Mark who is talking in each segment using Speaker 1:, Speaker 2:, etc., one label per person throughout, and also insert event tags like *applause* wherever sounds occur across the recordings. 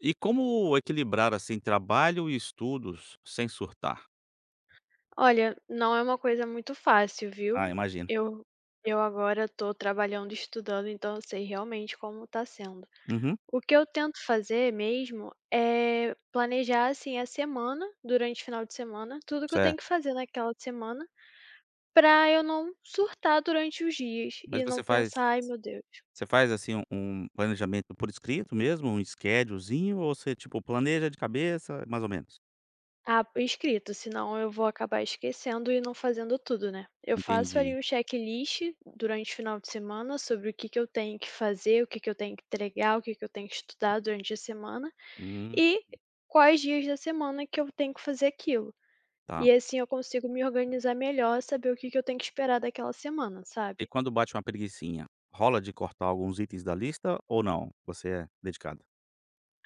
Speaker 1: E como equilibrar, assim, trabalho e estudos sem surtar?
Speaker 2: Olha, não é uma coisa muito fácil,
Speaker 1: Ah,
Speaker 2: viu?
Speaker 1: imagino.
Speaker 2: Eu eu agora tô trabalhando e estudando, então eu sei realmente como tá sendo.
Speaker 1: Uhum,
Speaker 2: O que eu tento fazer mesmo é planejar, assim, a semana, durante o final de semana, tudo que eu tenho que
Speaker 1: certo.
Speaker 2: fazer naquela semana, pra eu não surtar durante os dias
Speaker 1: Mas
Speaker 2: e
Speaker 1: você
Speaker 2: não
Speaker 1: faz
Speaker 2: pensar: "Ai, meu Deus".
Speaker 1: você faz, assim, um planejamento por escrito mesmo, um schedulezinho ou você, tipo, planeja de cabeça, mais ou menos?
Speaker 2: Ah, escrito, senão eu vou acabar esquecendo e não fazendo tudo, né? Eu faço ali
Speaker 1: Entendi.
Speaker 2: um checklist durante o final de semana sobre o que que eu tenho que fazer, o que que eu tenho que entregar, o que que eu tenho que estudar durante a semana
Speaker 1: Hum,
Speaker 2: e quais dias da semana que eu tenho que fazer aquilo.
Speaker 1: tá.
Speaker 2: E assim eu consigo me organizar melhor, saber o que que eu tenho que esperar daquela semana,
Speaker 1: E
Speaker 2: sabe?
Speaker 1: quando bate uma preguicinha, rola de cortar alguns itens da lista ou não? Você é dedicado.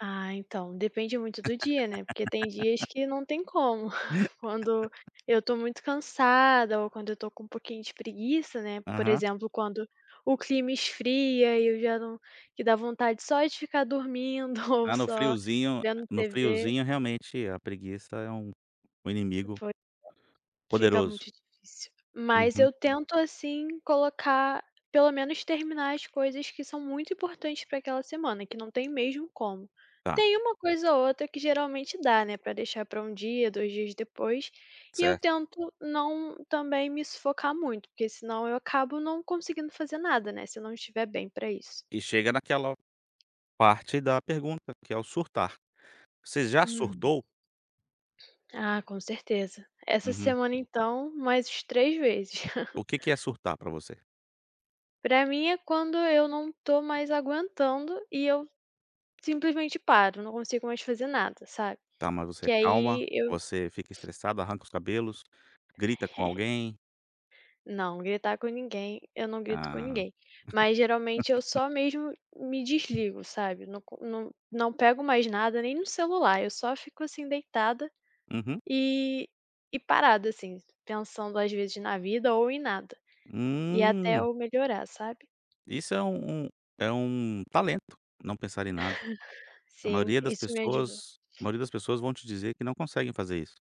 Speaker 2: Ah, então, depende muito do dia, né? Porque tem dias que não tem como. Quando eu tô muito cansada ou quando eu tô com um pouquinho de preguiça, né, por
Speaker 1: Aham.
Speaker 2: exemplo, quando o clima esfria e eu já não, que dá vontade só de ficar dormindo *laughs* ou
Speaker 1: Ah, no
Speaker 2: só
Speaker 1: friozinho
Speaker 2: vendo
Speaker 1: no
Speaker 2: TV.
Speaker 1: friozinho, realmente, a preguiça é um inimigo
Speaker 2: Pois. Fica
Speaker 1: poderoso.
Speaker 2: muito difícil. Mas eu
Speaker 1: Uhum,
Speaker 2: Tento, assim, colocar pelo menos terminar as coisas que são muito importantes para aquela semana, que não tem mesmo como.
Speaker 1: tá,
Speaker 2: Tem uma coisa ou outra que geralmente dá, né, para deixar para um dia, 2 dias depois, e eu
Speaker 1: certo.
Speaker 2: tento não também me sufocar muito, porque senão eu acabo não conseguindo fazer nada, né, se eu não estiver bem para isso.
Speaker 1: E chega naquela parte da pergunta, que é o surtar. Você já
Speaker 2: Uhum.
Speaker 1: surtou?
Speaker 2: Ah, com certeza. Essa
Speaker 1: Uhum.
Speaker 2: semana então, mais 3 vezes. *laughs*
Speaker 1: O que que é surtar pra você?
Speaker 2: Pra mim é quando eu não tô mais aguentando e eu simplesmente paro, não consigo mais fazer nada, sabe.
Speaker 1: Tá, mas você é
Speaker 2: Que
Speaker 1: calma,
Speaker 2: aí eu
Speaker 1: você fica estressado, arranca os cabelos, grita com alguém?
Speaker 2: não, gritar com ninguém, eu não grito com
Speaker 1: Ah,
Speaker 2: ninguém. Mas geralmente eu só mesmo me desligo, sabe. Não co não não pego mais nada, nem no celular, eu só fico assim deitada
Speaker 1: uhum.
Speaker 2: e e parada assim, pensando às vezes na vida ou em nada. E até
Speaker 1: Hum,
Speaker 2: eu melhorar, sabe.
Speaker 1: isso é um talento, não pensar em nada. A
Speaker 2: Sim,
Speaker 1: maioria das
Speaker 2: isso me ajudou.
Speaker 1: pessoas a maioria das pessoas vão te dizer que não conseguem fazer isso.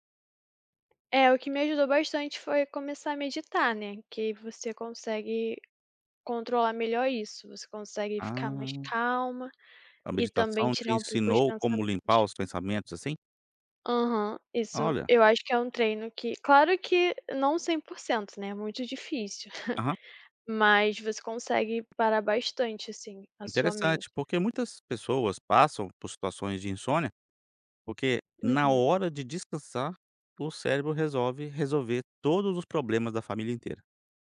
Speaker 2: É, o que me ajudou bastante foi começar a meditar, né, que aí você consegue controlar melhor isso, você consegue ficar mais
Speaker 1: Ah,
Speaker 2: calma
Speaker 1: a
Speaker 2: e também
Speaker 1: meditação te
Speaker 2: tirar um pouco os
Speaker 1: ensinou como limpar
Speaker 2: pensamentos.
Speaker 1: os pensamentos, assim?
Speaker 2: Aham, isso
Speaker 1: Olha,
Speaker 2: eu acho que é um treino, que claro que não 100%, né, é muito difícil,
Speaker 1: aham,
Speaker 2: mas você consegue parar bastante, assim, a sua
Speaker 1: interessante,
Speaker 2: mente.
Speaker 1: porque muitas pessoas passam por situações de insônia. Porque na
Speaker 2: Uhum,
Speaker 1: hora de descansar, o cérebro resolve resolver todos os problemas da família inteira,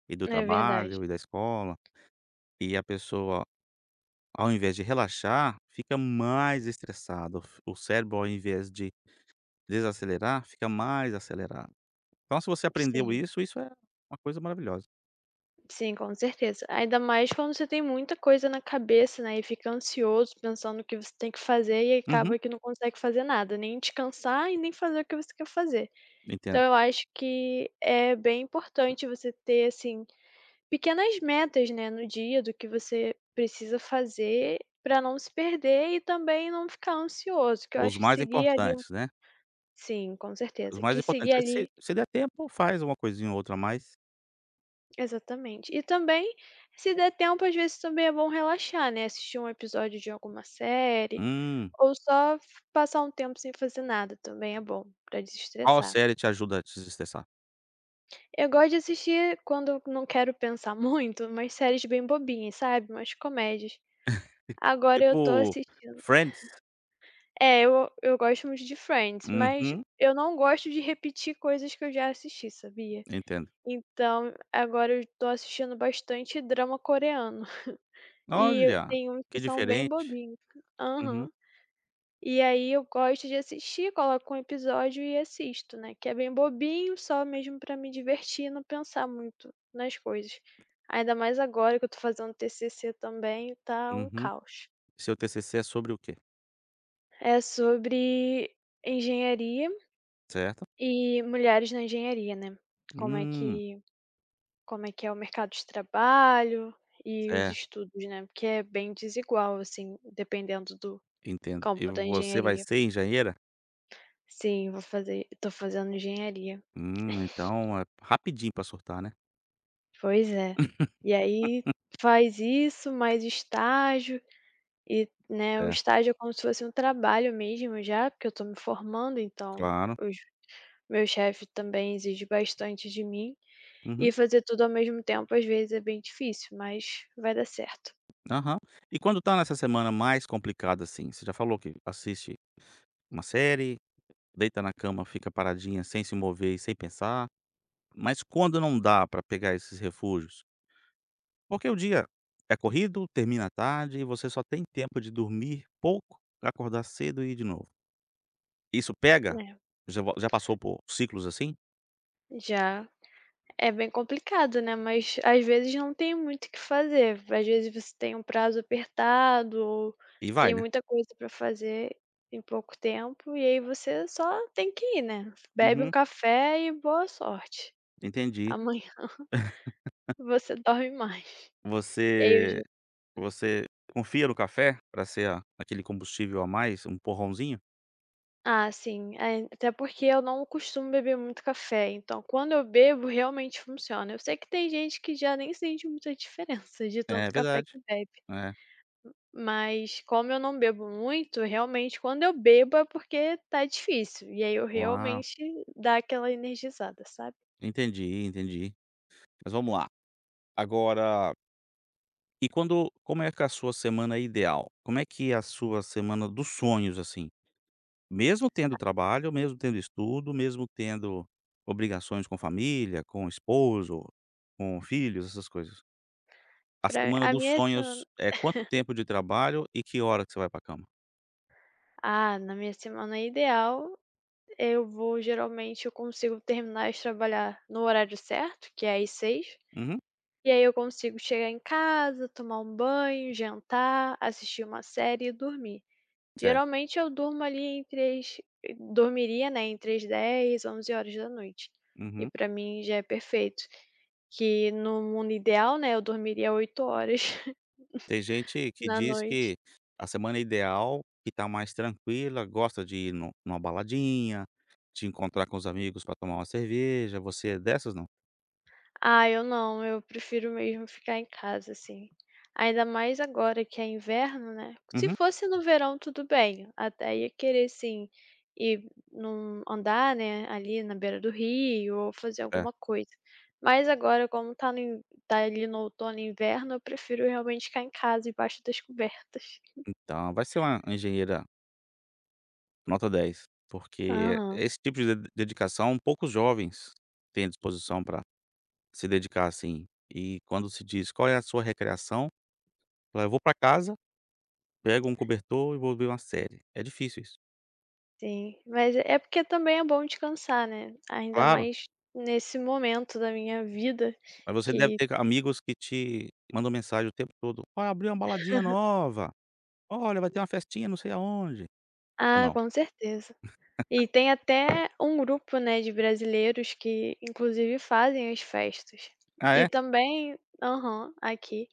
Speaker 1: e do
Speaker 2: é verdade.
Speaker 1: trabalho, e da escola, e a pessoa, ao invés de relaxar, fica mais estressada, o cérebro, ao invés de desacelerar, fica mais acelerado. Então se você aprendeu
Speaker 2: Sim,
Speaker 1: isso, isso é uma coisa maravilhosa.
Speaker 2: sim, com certeza. Ainda mais quando você tem muita coisa na cabeça, né, e fica ansioso pensando o que você tem que fazer e
Speaker 1: Uhum,
Speaker 2: acaba que não consegue fazer nada, nem descansar e nem fazer o que você quer fazer. Então
Speaker 1: entendo.
Speaker 2: eu acho que é bem importante você ter, assim, pequenas metas, né, no dia do que você precisa fazer para não se perder e também não ficar ansioso, que eu
Speaker 1: Os
Speaker 2: acho que
Speaker 1: mais
Speaker 2: seguir ali um
Speaker 1: importantes, né,
Speaker 2: sim, com
Speaker 1: os
Speaker 2: certeza,
Speaker 1: mais
Speaker 2: que seguir
Speaker 1: importantes. É. Se
Speaker 2: ali
Speaker 1: se der tempo, faz uma coisinha ou outra a mais.
Speaker 2: exatamente. E também, se der tempo, às vezes também é bom relaxar, né, assistir um episódio de alguma série
Speaker 1: Hum,
Speaker 2: ou só f passar um tempo sem fazer nada também é bom para
Speaker 1: qual
Speaker 2: desestressar.
Speaker 1: série te ajuda a te desestressar?
Speaker 2: Eu gosto de assistir quando eu não quero pensar *laughs* muito, umas séries bem bobinhas, sabe, umas comédias. Agora eu tô
Speaker 1: Tipo,
Speaker 2: assistindo
Speaker 1: Friends?
Speaker 2: é, eu gosto muito de Friends, mas
Speaker 1: Uhum,
Speaker 2: eu não gosto de repetir coisas que eu já assisti, sabia.
Speaker 1: entendo.
Speaker 2: Então, agora eu tô assistindo bastante drama coreano, *laughs* e
Speaker 1: Olha,
Speaker 2: tem uns que
Speaker 1: que
Speaker 2: são bem
Speaker 1: diferente.
Speaker 2: bobinhos.
Speaker 1: Uhum,
Speaker 2: Aham. E aí eu gosto de assistir, coloco um episódio e assisto, né, que é bem bobinho, só mesmo pra me divertir e não pensar muito nas coisas. Ainda mais agora que eu tô fazendo TCC também, tá um
Speaker 1: uhum.
Speaker 2: caos.
Speaker 1: Seu TCC é sobre o quê?
Speaker 2: É sobre engenharia
Speaker 1: Certo?
Speaker 2: e mulheres na engenharia, né, como é
Speaker 1: Hum,
Speaker 2: que como é que é o mercado de trabalho e os
Speaker 1: certo,
Speaker 2: estudos, né, porque é bem desigual, assim, dependendo do
Speaker 1: entendo.
Speaker 2: campo
Speaker 1: E
Speaker 2: da
Speaker 1: você vai
Speaker 2: engenharia.
Speaker 1: ser engenheira?
Speaker 2: Sim, vou fazer tô fazendo engenharia.
Speaker 1: Então é rapidinho pra surtar, né?
Speaker 2: Pois é. E
Speaker 1: *laughs*
Speaker 2: aí faz isso, mais estágio e, né, o
Speaker 1: É,
Speaker 2: estágio é como se fosse um trabalho mesmo já, porque eu estou me formando, então
Speaker 1: claro.
Speaker 2: os meu chefe também exige bastante de mim,
Speaker 1: Uhum,
Speaker 2: e fazer tudo ao mesmo tempo às vezes é bem difícil, mas vai dar certo,
Speaker 1: aham. E quando tá nessa semana mais complicada, assim, você já falou que assiste uma série, deita na cama, fica paradinha sem se mover e sem pensar, mas quando não dá pra pegar esses refúgios? Porque o dia é corrido, termina tarde e você só tem tempo de dormir pouco, acordar cedo e ir de novo. Isso pega?
Speaker 2: né.
Speaker 1: Já passou por ciclos assim?
Speaker 2: Já. É bem complicado, né, mas às vezes não tem muito o que fazer. Às vezes você tem um prazo apertado ou
Speaker 1: E vai,
Speaker 2: tem
Speaker 1: né?
Speaker 2: muita coisa pra fazer em pouco tempo, e aí você só tem que ir, né. Bebe um
Speaker 1: Uhum,
Speaker 2: café e boa sorte.
Speaker 1: entendi.
Speaker 2: Amanhã *laughs* você dorme mais. E aí eu
Speaker 1: Você
Speaker 2: digo:
Speaker 1: você confia no café para ser a aquele combustível a mais, um empurrãozinho?
Speaker 2: ah, sim. É, até porque eu não costumo beber muito café, então quando eu bebo realmente funciona. Eu sei que tem gente que já nem sente muita diferença de tanto
Speaker 1: É
Speaker 2: café que
Speaker 1: verdade,
Speaker 2: bebe.
Speaker 1: é.
Speaker 2: Mas como eu não bebo muito, realmente quando eu bebo é porque tá difícil, e aí eu
Speaker 1: Uau,
Speaker 2: realmente dá aquela energizada, sabe.
Speaker 1: entendi, entendi. Mas vamos lá, agora e quando como é que é a sua semana é ideal? Como é que é a sua semana dos sonhos, assim? Mesmo tendo trabalho, mesmo tendo estudo, mesmo tendo obrigações com família, com esposo, com filhos, essas coisas. A
Speaker 2: Pra
Speaker 1: semana
Speaker 2: a
Speaker 1: dos
Speaker 2: minha semana
Speaker 1: sonhos é quanto tempo de trabalho e que hora que você vai pra cama.
Speaker 2: ah, na minha semana ideal, eu vou geralmente eu consigo terminar de trabalhar no horário certo, que é às 6,
Speaker 1: Uhum,
Speaker 2: e aí eu consigo chegar em casa, tomar um banho, jantar, assistir uma série e dormir.
Speaker 1: certo.
Speaker 2: Geralmente eu durmo ali entre as dormiria, né, entre as dez, 11 horas da noite. E
Speaker 1: Uhum.
Speaker 2: pra mim já é perfeito, que no mundo ideal, né, eu dormiria 8 horas *laughs*
Speaker 1: Tem gente que
Speaker 2: na
Speaker 1: diz
Speaker 2: noite.
Speaker 1: que a semana ideal, que tá mais tranquila, gosta de ir nu numa baladinha, de encontrar com os amigos pra tomar uma cerveja, você é dessas, não?
Speaker 2: Ah, eu não, eu prefiro mesmo ficar em casa, assim. Ainda mais agora que é inverno, né. Se
Speaker 1: Uhum.
Speaker 2: fosse no verão, tudo bem, até ia querer sim ir num andar, né, ali na beira do rio ou fazer
Speaker 1: É,
Speaker 2: alguma coisa. Mas agora como tá no in tá ali no outono e inverno, eu prefiro realmente ficar em casa embaixo das cobertas.
Speaker 1: então vai ser uma engenheira nota 10, porque
Speaker 2: Aham,
Speaker 1: esse tipo de dedicação poucos jovens têm disposição para se dedicar assim. E quando se diz: "Qual é a sua recreação?", fala: "Eu vou para casa, pego um cobertor e vou ver uma série". É difícil isso.
Speaker 2: sim. Mas é, porque também é bom descansar, né, ainda
Speaker 1: Claro,
Speaker 2: mais nesse momento da minha vida
Speaker 1: mas você deve
Speaker 2: que
Speaker 1: ter amigos que te mandam mensagem o tempo todo: "Ó, abriu uma baladinha nova. Olha, vai ter uma festinha não sei aonde", ou
Speaker 2: ah,
Speaker 1: não?
Speaker 2: com certeza. E tem até um grupo, né, de brasileiros que inclusive fazem as festas.
Speaker 1: Ah,
Speaker 2: E
Speaker 1: é?
Speaker 2: também aham, aqui.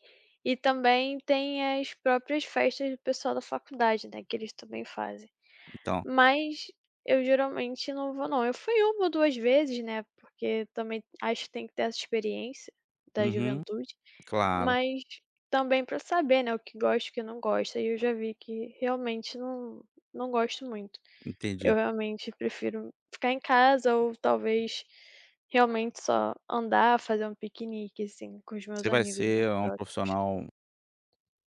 Speaker 2: E também tem as próprias festas do pessoal da faculdade, né, que eles também fazem.
Speaker 1: Então.
Speaker 2: Mas eu geralmente não vou não. Eu fui 1 ou 2 vezes, né, porque também acho que tem que ter essa experiência da
Speaker 1: Uhum.
Speaker 2: juventude,
Speaker 1: Claro,
Speaker 2: mas também para saber, né, o que gosto e o que não gosta. E eu já vi que realmente não, não gosto muito.
Speaker 1: entendi.
Speaker 2: Eu realmente prefiro ficar em casa ou talvez realmente só andar, fazer um piquenique, assim, com os meus
Speaker 1: Você vai
Speaker 2: amigos mais
Speaker 1: ser uma
Speaker 2: próximos.
Speaker 1: profissional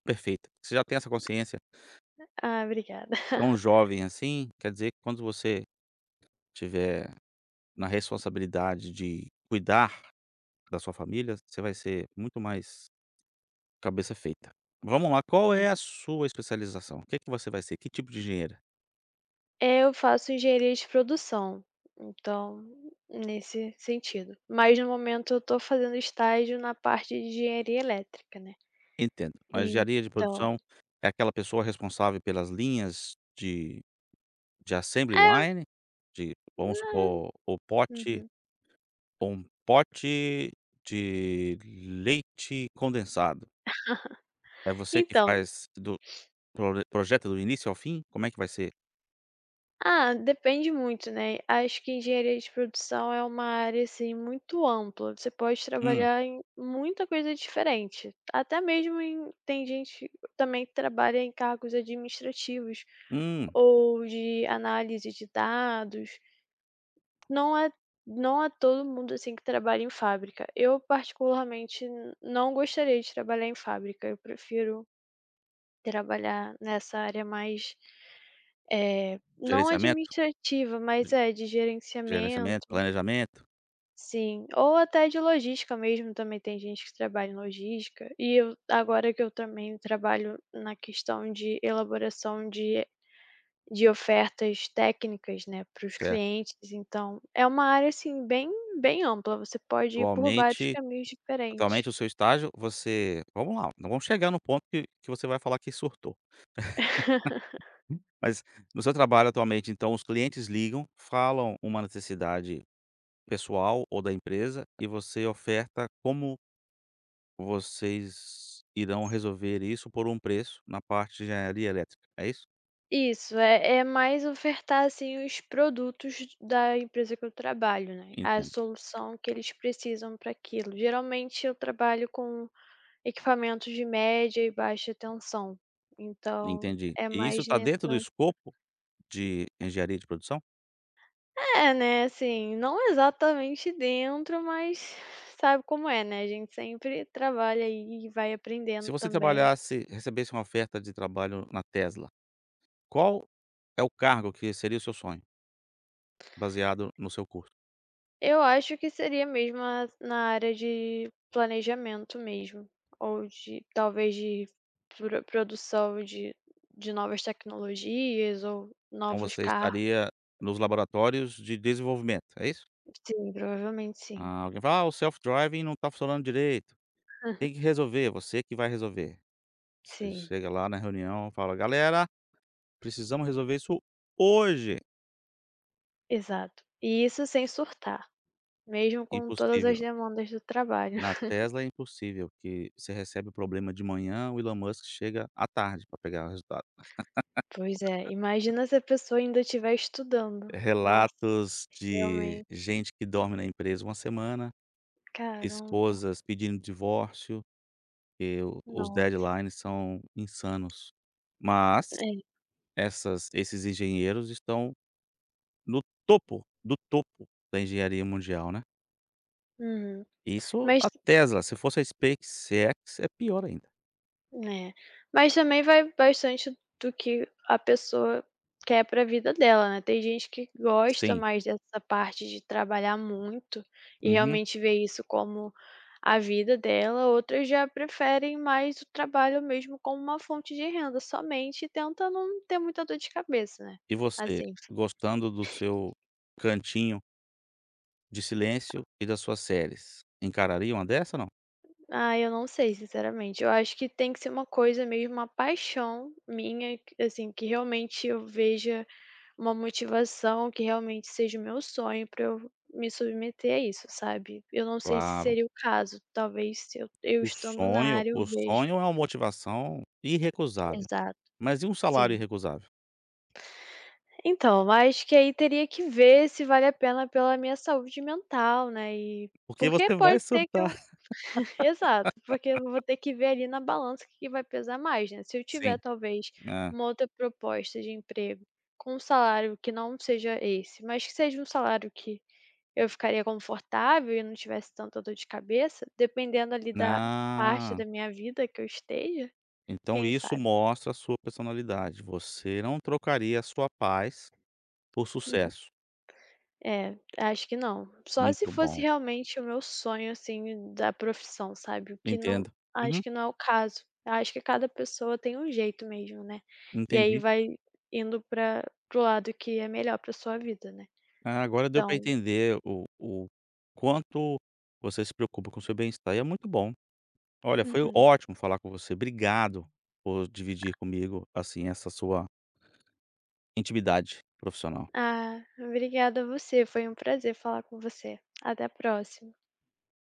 Speaker 1: perfeita. Você já tem essa consciência
Speaker 2: Ah, obrigada.
Speaker 1: tão
Speaker 2: *laughs*
Speaker 1: jovem assim, quer dizer que quando você tiver na responsabilidade de cuidar da sua família, você vai ser muito mais cabeça feita. Vamos lá, qual é a
Speaker 2: É.
Speaker 1: sua especialização? O que é que você vai ser? Que tipo de engenheira?
Speaker 2: Eu faço engenharia de produção, então nesse sentido. Mas no momento eu tô fazendo estágio na parte de engenharia elétrica, né.
Speaker 1: Entendo, mas engenharia de
Speaker 2: Então
Speaker 1: produção é aquela pessoa responsável pelas linhas de assembly
Speaker 2: é,
Speaker 1: line, de, vamos
Speaker 2: né,
Speaker 1: supor, o pote
Speaker 2: uhum.
Speaker 1: um pote de leite condensado. É você que
Speaker 2: Então
Speaker 1: faz do Prole projeto do início ao fim? Como é que vai ser?
Speaker 2: ah, depende muito, né. Acho que engenharia de produção é uma área, assim, muito ampla. Você pode
Speaker 1: Hum,
Speaker 2: trabalhar em muita coisa diferente, até mesmo tem gente também que trabalha em cargos administrativos
Speaker 1: hum,
Speaker 2: ou de análise de dados. Não é, não é todo mundo, assim, que trabalha em fábrica. Eu particularmente n não gostaria de trabalhar em fábrica, eu prefiro trabalhar nessa área mais, não
Speaker 1: gerenciamento?
Speaker 2: administrativa,
Speaker 1: Ge
Speaker 2: mas é de
Speaker 1: gerenciamento,
Speaker 2: gerenciamento,
Speaker 1: planejamento,
Speaker 2: sim, ou até de logística mesmo, também tem gente que trabalha em logística. E eu agora que eu também trabalho na questão de elaboração de ofertas técnicas, né, para os
Speaker 1: certo.
Speaker 2: clientes, então é uma área, assim, bem bem ampla, você pode ir por vários
Speaker 1: Atualmente
Speaker 2: caminhos diferentes.
Speaker 1: atualmente o seu estágio você, vamos lá, não vamos chegar no ponto que você vai falar que surtou.
Speaker 2: *laughs*
Speaker 1: Mas no seu trabalho atualmente, então, os clientes ligam, falam uma necessidade pessoal ou da empresa e você oferta como vocês irão resolver isso por um preço na parte de engenharia elétrica, é isso?
Speaker 2: Isso, é mais ofertar, assim, os produtos da empresa que eu trabalho, né, a
Speaker 1: Entendo,
Speaker 2: solução que eles precisam para aquilo. Geralmente eu trabalho com equipamentos de média e baixa tensão, então
Speaker 1: entendi.
Speaker 2: é
Speaker 1: E isso
Speaker 2: mais
Speaker 1: está dentro do
Speaker 2: nessa
Speaker 1: escopo de engenharia de produção?
Speaker 2: é, né, assim, não exatamente dentro, mas sabe como é, né, a gente sempre trabalha aí e vai
Speaker 1: Se
Speaker 2: aprendendo
Speaker 1: você
Speaker 2: também.
Speaker 1: trabalhasse, recebesse uma oferta de trabalho na Tesla, qual é o cargo que seria o seu sonho, baseado no seu curso?
Speaker 2: Eu acho que seria mesmo a na área de planejamento mesmo, ou de talvez de produção de novas tecnologias ou
Speaker 1: Então
Speaker 2: novos
Speaker 1: você
Speaker 2: carros.
Speaker 1: estaria nos laboratórios de desenvolvimento, é isso?
Speaker 2: Sim, provavelmente sim.
Speaker 1: Ah, alguém fala: "Ah, o self-driving não está funcionando direito, tem que resolver, você que vai resolver". Você
Speaker 2: Sim,
Speaker 1: chega lá na reunião, fala: "Galera, precisamos resolver isso hoje".
Speaker 2: exato. E isso sem surtar, mesmo com todas as
Speaker 1: Impossível.
Speaker 2: demandas do trabalho.
Speaker 1: Na
Speaker 2: *laughs*
Speaker 1: Tesla é impossível, porque você recebe o problema de manhã, o Elon Musk chega à tarde para pegar o resultado.
Speaker 2: Pois é, imagina se a pessoa ainda estiver estudando. Nossa,
Speaker 1: Relatos de
Speaker 2: realmente,
Speaker 1: gente que dorme na empresa uma semana,
Speaker 2: caramba,
Speaker 1: esposas pedindo divórcio, porque os
Speaker 2: nossa,
Speaker 1: deadlines são insanos. Mas
Speaker 2: é.
Speaker 1: essas esses engenheiros estão no topo do topo da engenharia mundial, né.
Speaker 2: Uhum.
Speaker 1: Isso
Speaker 2: Mas
Speaker 1: a Tesla, se fosse a SpaceX é pior ainda.
Speaker 2: é, mas também vai bastante do que a pessoa quer para vida dela, né. Tem gente que gosta
Speaker 1: Sim.
Speaker 2: mais dessa parte de trabalhar muito e
Speaker 1: Uhum.
Speaker 2: realmente vê isso como a vida dela, outras já preferem mais o trabalho mesmo como uma fonte de renda somente e tenta não ter muita dor de cabeça, né.
Speaker 1: E você,
Speaker 2: Assim,
Speaker 1: gostando do seu cantinho de silêncio e das suas séries, encararia uma dessa ou não?
Speaker 2: ah, eu não sei sinceramente, eu acho que tem que ser uma coisa mesmo, uma paixão minha, que- assim, que realmente eu veja uma motivação que realmente seja o meu sonho para eu me submeter a isso, sabe. Eu não sei se
Speaker 1: Claro.
Speaker 2: seria o caso, talvez se eu
Speaker 1: O
Speaker 2: estando na
Speaker 1: sonho
Speaker 2: área eu
Speaker 1: o
Speaker 2: vejo.
Speaker 1: sonho é uma motivação irrecusável,
Speaker 2: Exato,
Speaker 1: mas e um salário
Speaker 2: sim.
Speaker 1: irrecusável?
Speaker 2: Então, acho que aí teria que ver se vale a pena pela minha saúde mental, né, e
Speaker 1: Porque
Speaker 2: porque
Speaker 1: você vai
Speaker 2: pode ser que
Speaker 1: surtar.
Speaker 2: eu *laughs* exato, porque eu vou ter que ver ali na balança o que que vai pesar mais, né. Se eu
Speaker 1: *laughs*
Speaker 2: tiver
Speaker 1: Sim,
Speaker 2: talvez
Speaker 1: é.
Speaker 2: uma outra proposta de emprego com um salário que não seja esse, mas que seja um salário que eu ficaria confortável e não tivesse tanta dor de cabeça, dependendo ali da parte
Speaker 1: Ah,
Speaker 2: da minha vida que eu esteja,
Speaker 1: então
Speaker 2: quem
Speaker 1: isso
Speaker 2: sabe?
Speaker 1: mostra a sua personalidade, você não trocaria a sua paz por sucesso.
Speaker 2: É, acho que não. Só se
Speaker 1: Muito
Speaker 2: fosse
Speaker 1: bom,
Speaker 2: realmente o meu sonho, assim, da profissão, sabe? O que não
Speaker 1: entendo.
Speaker 2: acho
Speaker 1: Uhum,
Speaker 2: que não é o caso. Acho que cada pessoa tem um jeito mesmo, né? E aí
Speaker 1: entendi.
Speaker 2: vai indo para o lado que é melhor para sua vida, né?
Speaker 1: Ah, agora deu para
Speaker 2: Então
Speaker 1: entender o quanto você se preocupa com o seu bem-estar e é muito bom. Olha, foi
Speaker 2: uhum.
Speaker 1: ótimo falar com você, obrigado por dividir comigo, assim, essa sua intimidade profissional.
Speaker 2: Ah, obrigada a você, foi um prazer falar com você. Até a próxima.